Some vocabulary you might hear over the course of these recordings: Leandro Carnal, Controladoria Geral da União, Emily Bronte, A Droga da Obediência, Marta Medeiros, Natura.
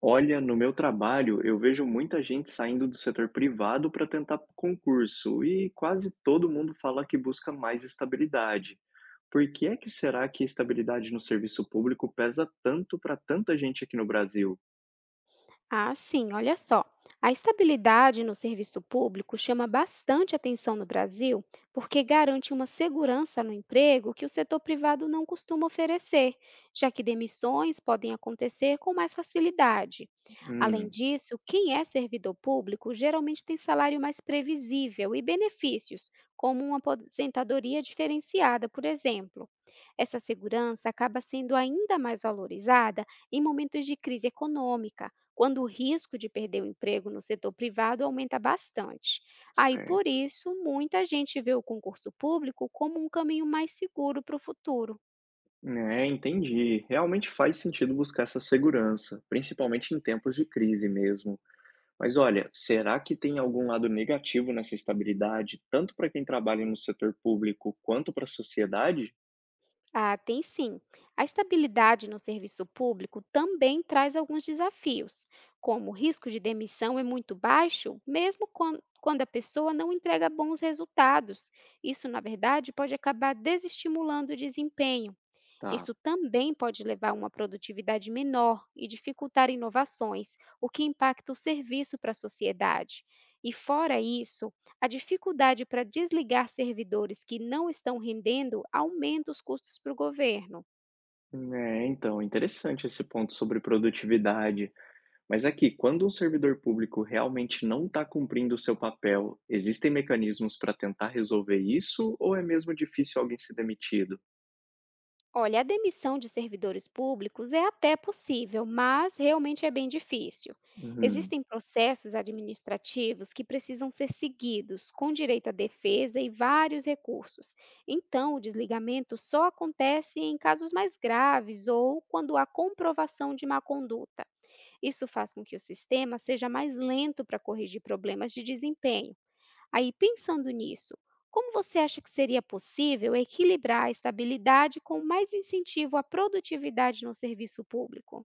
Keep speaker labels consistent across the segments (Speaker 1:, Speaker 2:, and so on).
Speaker 1: Olha, no meu trabalho, eu vejo muita gente saindo do setor privado para tentar concurso e quase todo mundo fala que busca mais estabilidade. Por que é que será que a estabilidade no serviço público pesa tanto para tanta gente aqui no Brasil?
Speaker 2: Ah, sim, olha só. A estabilidade no serviço público chama bastante atenção no Brasil, porque garante uma segurança no emprego que o setor privado não costuma oferecer, já que demissões podem acontecer com mais facilidade. Além
Speaker 1: Hum,
Speaker 2: disso, quem é servidor público geralmente tem salário mais previsível e benefícios, como uma aposentadoria diferenciada, por exemplo. Essa segurança acaba sendo ainda mais valorizada em momentos de crise econômica quando o risco de perder o emprego no setor privado aumenta bastante. Aí,
Speaker 1: é,
Speaker 2: por isso, muita gente vê o concurso público como um caminho mais seguro para o futuro.
Speaker 1: né, entendi. Realmente faz sentido buscar essa segurança, principalmente em tempos de crise mesmo. Mas olha, será que tem algum lado negativo nessa estabilidade, tanto para quem trabalha no setor público quanto para a sociedade?
Speaker 2: Ah, tem sim. A estabilidade no serviço público também traz alguns desafios, como o risco de demissão é muito baixo, mesmo quando a pessoa não entrega bons resultados. Isso, na verdade, pode acabar desestimulando o desempenho.
Speaker 1: Tá.
Speaker 2: Isso também pode levar a uma produtividade menor e dificultar inovações, o que impacta o serviço para a sociedade. E fora isso, a dificuldade para desligar servidores que não estão rendendo aumenta os custos para o governo.
Speaker 1: É, então, interessante esse ponto sobre produtividade. Mas aqui, quando um servidor público realmente não está cumprindo o seu papel, existem mecanismos para tentar resolver isso ou é mesmo difícil alguém ser demitido?
Speaker 2: Olha, a demissão de servidores públicos é até possível, mas realmente é bem difícil.
Speaker 1: Uhum.
Speaker 2: Existem processos administrativos que precisam ser seguidos, com direito à defesa e vários recursos. Então, o desligamento só acontece em casos mais graves ou quando há comprovação de má conduta. Isso faz com que o sistema seja mais lento para corrigir problemas de desempenho. Aí, pensando nisso, como você acha que seria possível equilibrar a estabilidade com mais incentivo à produtividade no serviço público?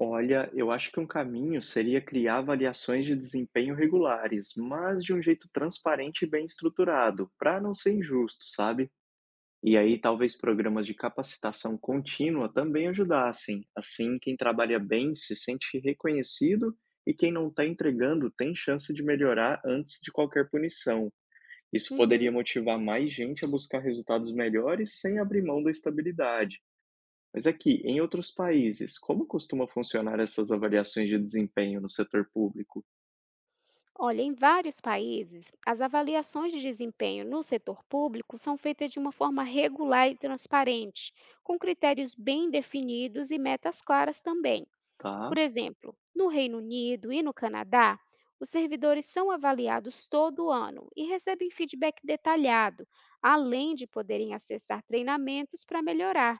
Speaker 1: Olha, eu acho que um caminho seria criar avaliações de desempenho regulares, mas de um jeito transparente e bem estruturado, para não ser injusto, sabe? E aí, talvez programas de capacitação contínua também ajudassem. Assim, quem trabalha bem se sente reconhecido e quem não está entregando tem chance de melhorar antes de qualquer punição. Isso
Speaker 2: Uhum.
Speaker 1: poderia motivar mais gente a buscar resultados melhores sem abrir mão da estabilidade. Mas aqui, em outros países, como costuma funcionar essas avaliações de desempenho no setor público?
Speaker 2: Olha, em vários países, as avaliações de desempenho no setor público são feitas de uma forma regular e transparente, com critérios bem definidos e metas claras também.
Speaker 1: Tá,
Speaker 2: Por exemplo, no Reino Unido e no Canadá, os servidores são avaliados todo ano e recebem feedback detalhado, além de poderem acessar treinamentos para melhorar.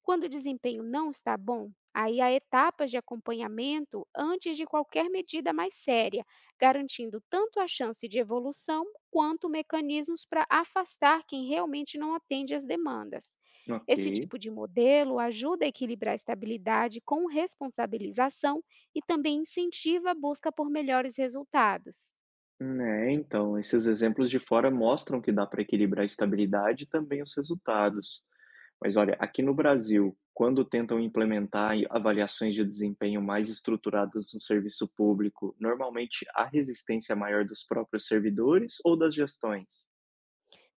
Speaker 2: Quando o desempenho não está bom, aí há etapas de acompanhamento antes de qualquer medida mais séria, garantindo tanto a chance de evolução quanto mecanismos para afastar quem realmente não atende às demandas. Esse
Speaker 1: ok.
Speaker 2: tipo de modelo ajuda a equilibrar a estabilidade com responsabilização e também incentiva a busca por melhores resultados.
Speaker 1: É, então, esses exemplos de fora mostram que dá para equilibrar a estabilidade e também os resultados. Mas olha, aqui no Brasil, quando tentam implementar avaliações de desempenho mais estruturadas no serviço público, normalmente há resistência maior dos próprios servidores ou das gestões?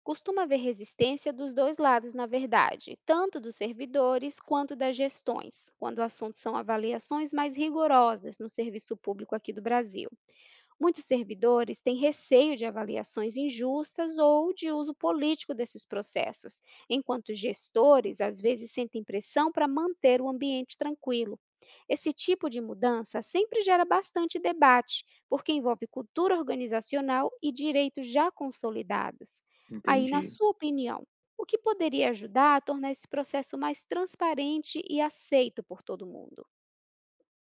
Speaker 2: Costuma haver resistência dos dois lados, na verdade, tanto dos servidores quanto das gestões, quando o assunto são avaliações mais rigorosas no serviço público aqui do Brasil. Muitos servidores têm receio de avaliações injustas ou de uso político desses processos, enquanto gestores às vezes sentem pressão para manter o ambiente tranquilo. Esse tipo de mudança sempre gera bastante debate, porque envolve cultura organizacional e direitos já consolidados. Aí, na
Speaker 1: Entendi.
Speaker 2: sua opinião, o que poderia ajudar a tornar esse processo mais transparente e aceito por todo mundo?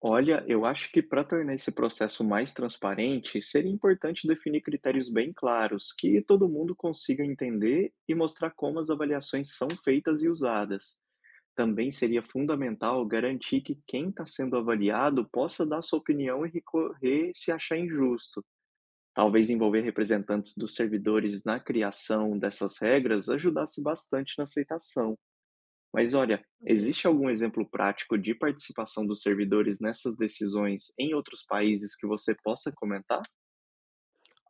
Speaker 1: Olha, eu acho que para tornar esse processo mais transparente, seria importante definir critérios bem claros, que todo mundo consiga entender e mostrar como as avaliações são feitas e usadas. Também seria fundamental garantir que quem está sendo avaliado possa dar sua opinião e recorrer se achar injusto. Talvez envolver representantes dos servidores na criação dessas regras ajudasse bastante na aceitação. Mas olha, existe algum exemplo prático de participação dos servidores nessas decisões em outros países que você possa comentar?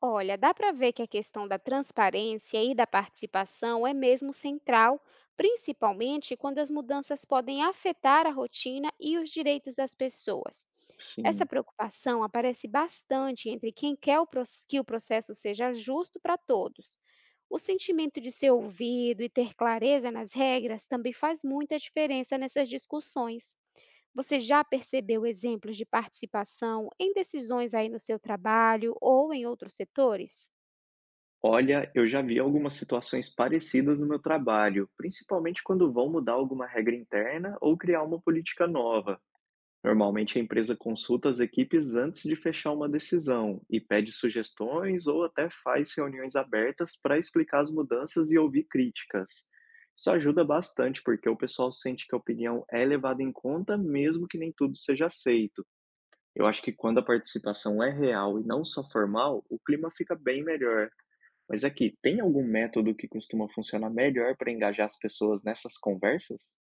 Speaker 2: Olha, dá para ver que a questão da transparência e da participação é mesmo central, principalmente quando as mudanças podem afetar a rotina e os direitos das pessoas. Essa
Speaker 1: Sim.
Speaker 2: preocupação aparece bastante entre quem quer o que o processo seja justo para todos. O sentimento de ser ouvido e ter clareza nas regras também faz muita diferença nessas discussões. Você já percebeu exemplos de participação em decisões aí no seu trabalho ou em outros setores?
Speaker 1: Olha, eu já vi algumas situações parecidas no meu trabalho, principalmente quando vão mudar alguma regra interna ou criar uma política nova. Normalmente a empresa consulta as equipes antes de fechar uma decisão e pede sugestões ou até faz reuniões abertas para explicar as mudanças e ouvir críticas. Isso ajuda bastante porque o pessoal sente que a opinião é levada em conta, mesmo que nem tudo seja aceito. Eu acho que quando a participação é real e não só formal, o clima fica bem melhor. Mas aqui, tem algum método que costuma funcionar melhor para engajar as pessoas nessas conversas?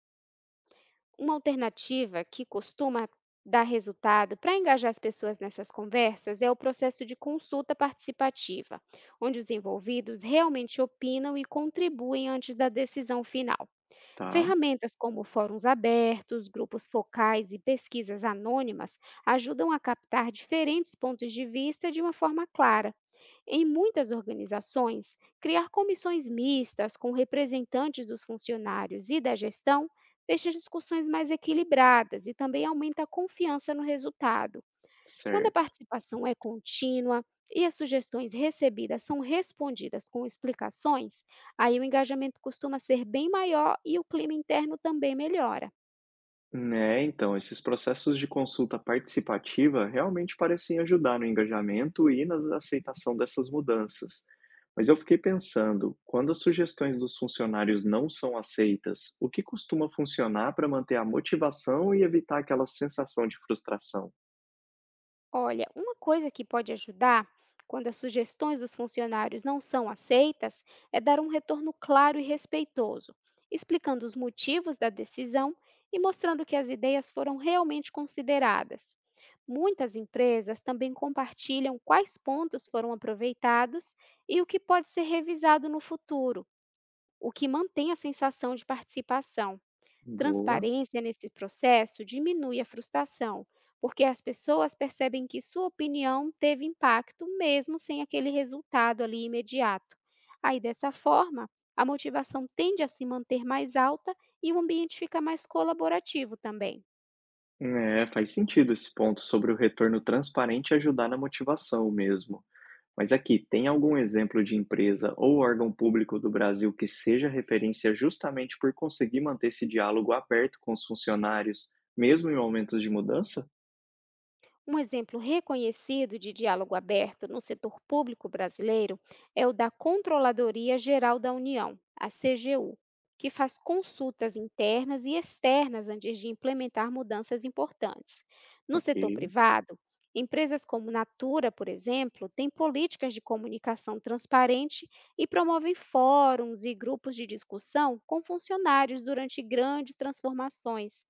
Speaker 2: Uma alternativa que costuma dar resultado para engajar as pessoas nessas conversas é o processo de consulta participativa, onde os envolvidos realmente opinam e contribuem antes da decisão final.
Speaker 1: Tá,
Speaker 2: Ferramentas como fóruns abertos, grupos focais e pesquisas anônimas ajudam a captar diferentes pontos de vista de uma forma clara. Em muitas organizações, criar comissões mistas com representantes dos funcionários e da gestão deixa as discussões mais equilibradas e também aumenta a confiança no resultado. Quando a
Speaker 1: certo.
Speaker 2: participação é contínua e as sugestões recebidas são respondidas com explicações, aí o engajamento costuma ser bem maior e o clima interno também melhora.
Speaker 1: Né, então, esses processos de consulta participativa realmente parecem ajudar no engajamento e na aceitação dessas mudanças. Mas eu fiquei pensando, quando as sugestões dos funcionários não são aceitas, o que costuma funcionar para manter a motivação e evitar aquela sensação de frustração?
Speaker 2: Olha, uma coisa que pode ajudar quando as sugestões dos funcionários não são aceitas é dar um retorno claro e respeitoso, explicando os motivos da decisão e mostrando que as ideias foram realmente consideradas. Muitas empresas também compartilham quais pontos foram aproveitados e o que pode ser revisado no futuro, o que mantém a sensação de participação.
Speaker 1: Boa.
Speaker 2: Transparência nesse processo diminui a frustração, porque as pessoas percebem que sua opinião teve impacto mesmo sem aquele resultado ali imediato. Aí, dessa forma, a motivação tende a se manter mais alta e o ambiente fica mais colaborativo também.
Speaker 1: É, faz sentido esse ponto sobre o retorno transparente ajudar na motivação mesmo. Mas aqui, tem algum exemplo de empresa ou órgão público do Brasil que seja referência justamente por conseguir manter esse diálogo aberto com os funcionários, mesmo em momentos de mudança?
Speaker 2: Um exemplo reconhecido de diálogo aberto no setor público brasileiro é o da Controladoria Geral da União, a CGU, que faz consultas internas e externas antes de implementar mudanças importantes. No
Speaker 1: Ok,
Speaker 2: setor privado, empresas como Natura, por exemplo, têm políticas de comunicação transparente e promovem fóruns e grupos de discussão com funcionários durante grandes transformações.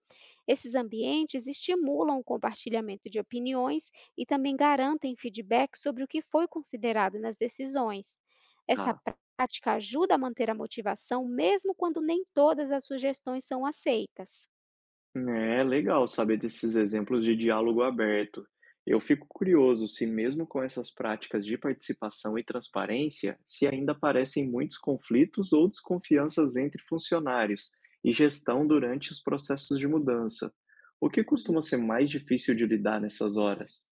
Speaker 2: Esses ambientes estimulam o compartilhamento de opiniões e também garantem feedback sobre o que foi considerado nas decisões. Essa
Speaker 1: tá.
Speaker 2: prática ajuda a manter a motivação mesmo quando nem todas as sugestões são aceitas.
Speaker 1: É legal saber desses exemplos de diálogo aberto. Eu fico curioso se, mesmo com essas práticas de participação e transparência, se ainda aparecem muitos conflitos ou desconfianças entre funcionários e gestão durante os processos de mudança. O que costuma ser mais difícil de lidar nessas horas?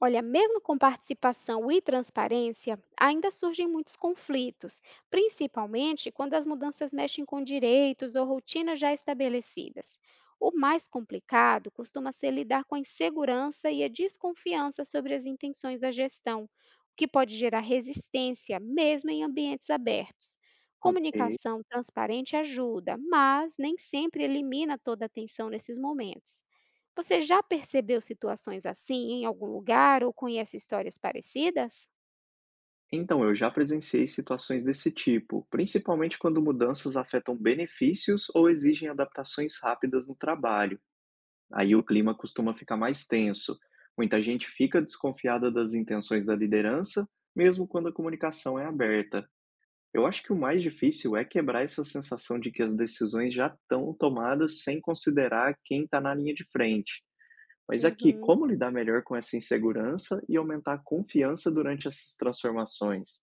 Speaker 2: Olha, mesmo com participação e transparência, ainda surgem muitos conflitos, principalmente quando as mudanças mexem com direitos ou rotinas já estabelecidas. O mais complicado costuma ser lidar com a insegurança e a desconfiança sobre as intenções da gestão, o que pode gerar resistência, mesmo em ambientes abertos.
Speaker 1: Ok.
Speaker 2: Comunicação transparente ajuda, mas nem sempre elimina toda a tensão nesses momentos. Você já percebeu situações assim em algum lugar ou conhece histórias parecidas?
Speaker 1: Então, eu já presenciei situações desse tipo, principalmente quando mudanças afetam benefícios ou exigem adaptações rápidas no trabalho. Aí o clima costuma ficar mais tenso. Muita gente fica desconfiada das intenções da liderança, mesmo quando a comunicação é aberta. Eu acho que o mais difícil é quebrar essa sensação de que as decisões já estão tomadas sem considerar quem está na linha de frente. Mas aqui,
Speaker 2: Uhum.
Speaker 1: como lidar melhor com essa insegurança e aumentar a confiança durante essas transformações?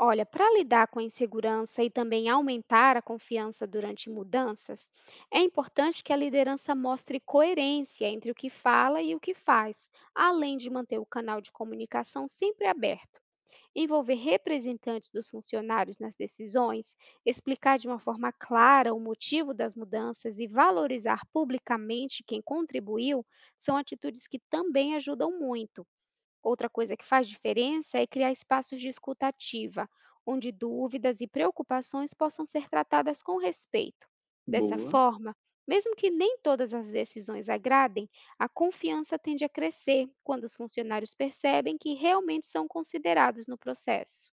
Speaker 2: Olha, para lidar com a insegurança e também aumentar a confiança durante mudanças, é importante que a liderança mostre coerência entre o que fala e o que faz, além de manter o canal de comunicação sempre aberto. Envolver representantes dos funcionários nas decisões, explicar de uma forma clara o motivo das mudanças e valorizar publicamente quem contribuiu são atitudes que também ajudam muito. Outra coisa que faz diferença é criar espaços de escuta ativa, onde dúvidas e preocupações possam ser tratadas com respeito. Dessa
Speaker 1: Boa.
Speaker 2: forma, mesmo que nem todas as decisões agradem, a confiança tende a crescer quando os funcionários percebem que realmente são considerados no processo.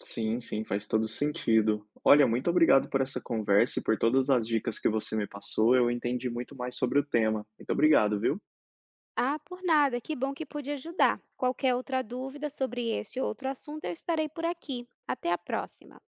Speaker 1: Sim, sim, faz todo sentido. Olha, muito obrigado por essa conversa e por todas as dicas que você me passou. Eu entendi muito mais sobre o tema. Muito obrigado, viu?
Speaker 2: Ah, por nada, que bom que pude ajudar. Qualquer outra dúvida sobre esse ou outro assunto, eu estarei por aqui. Até a próxima!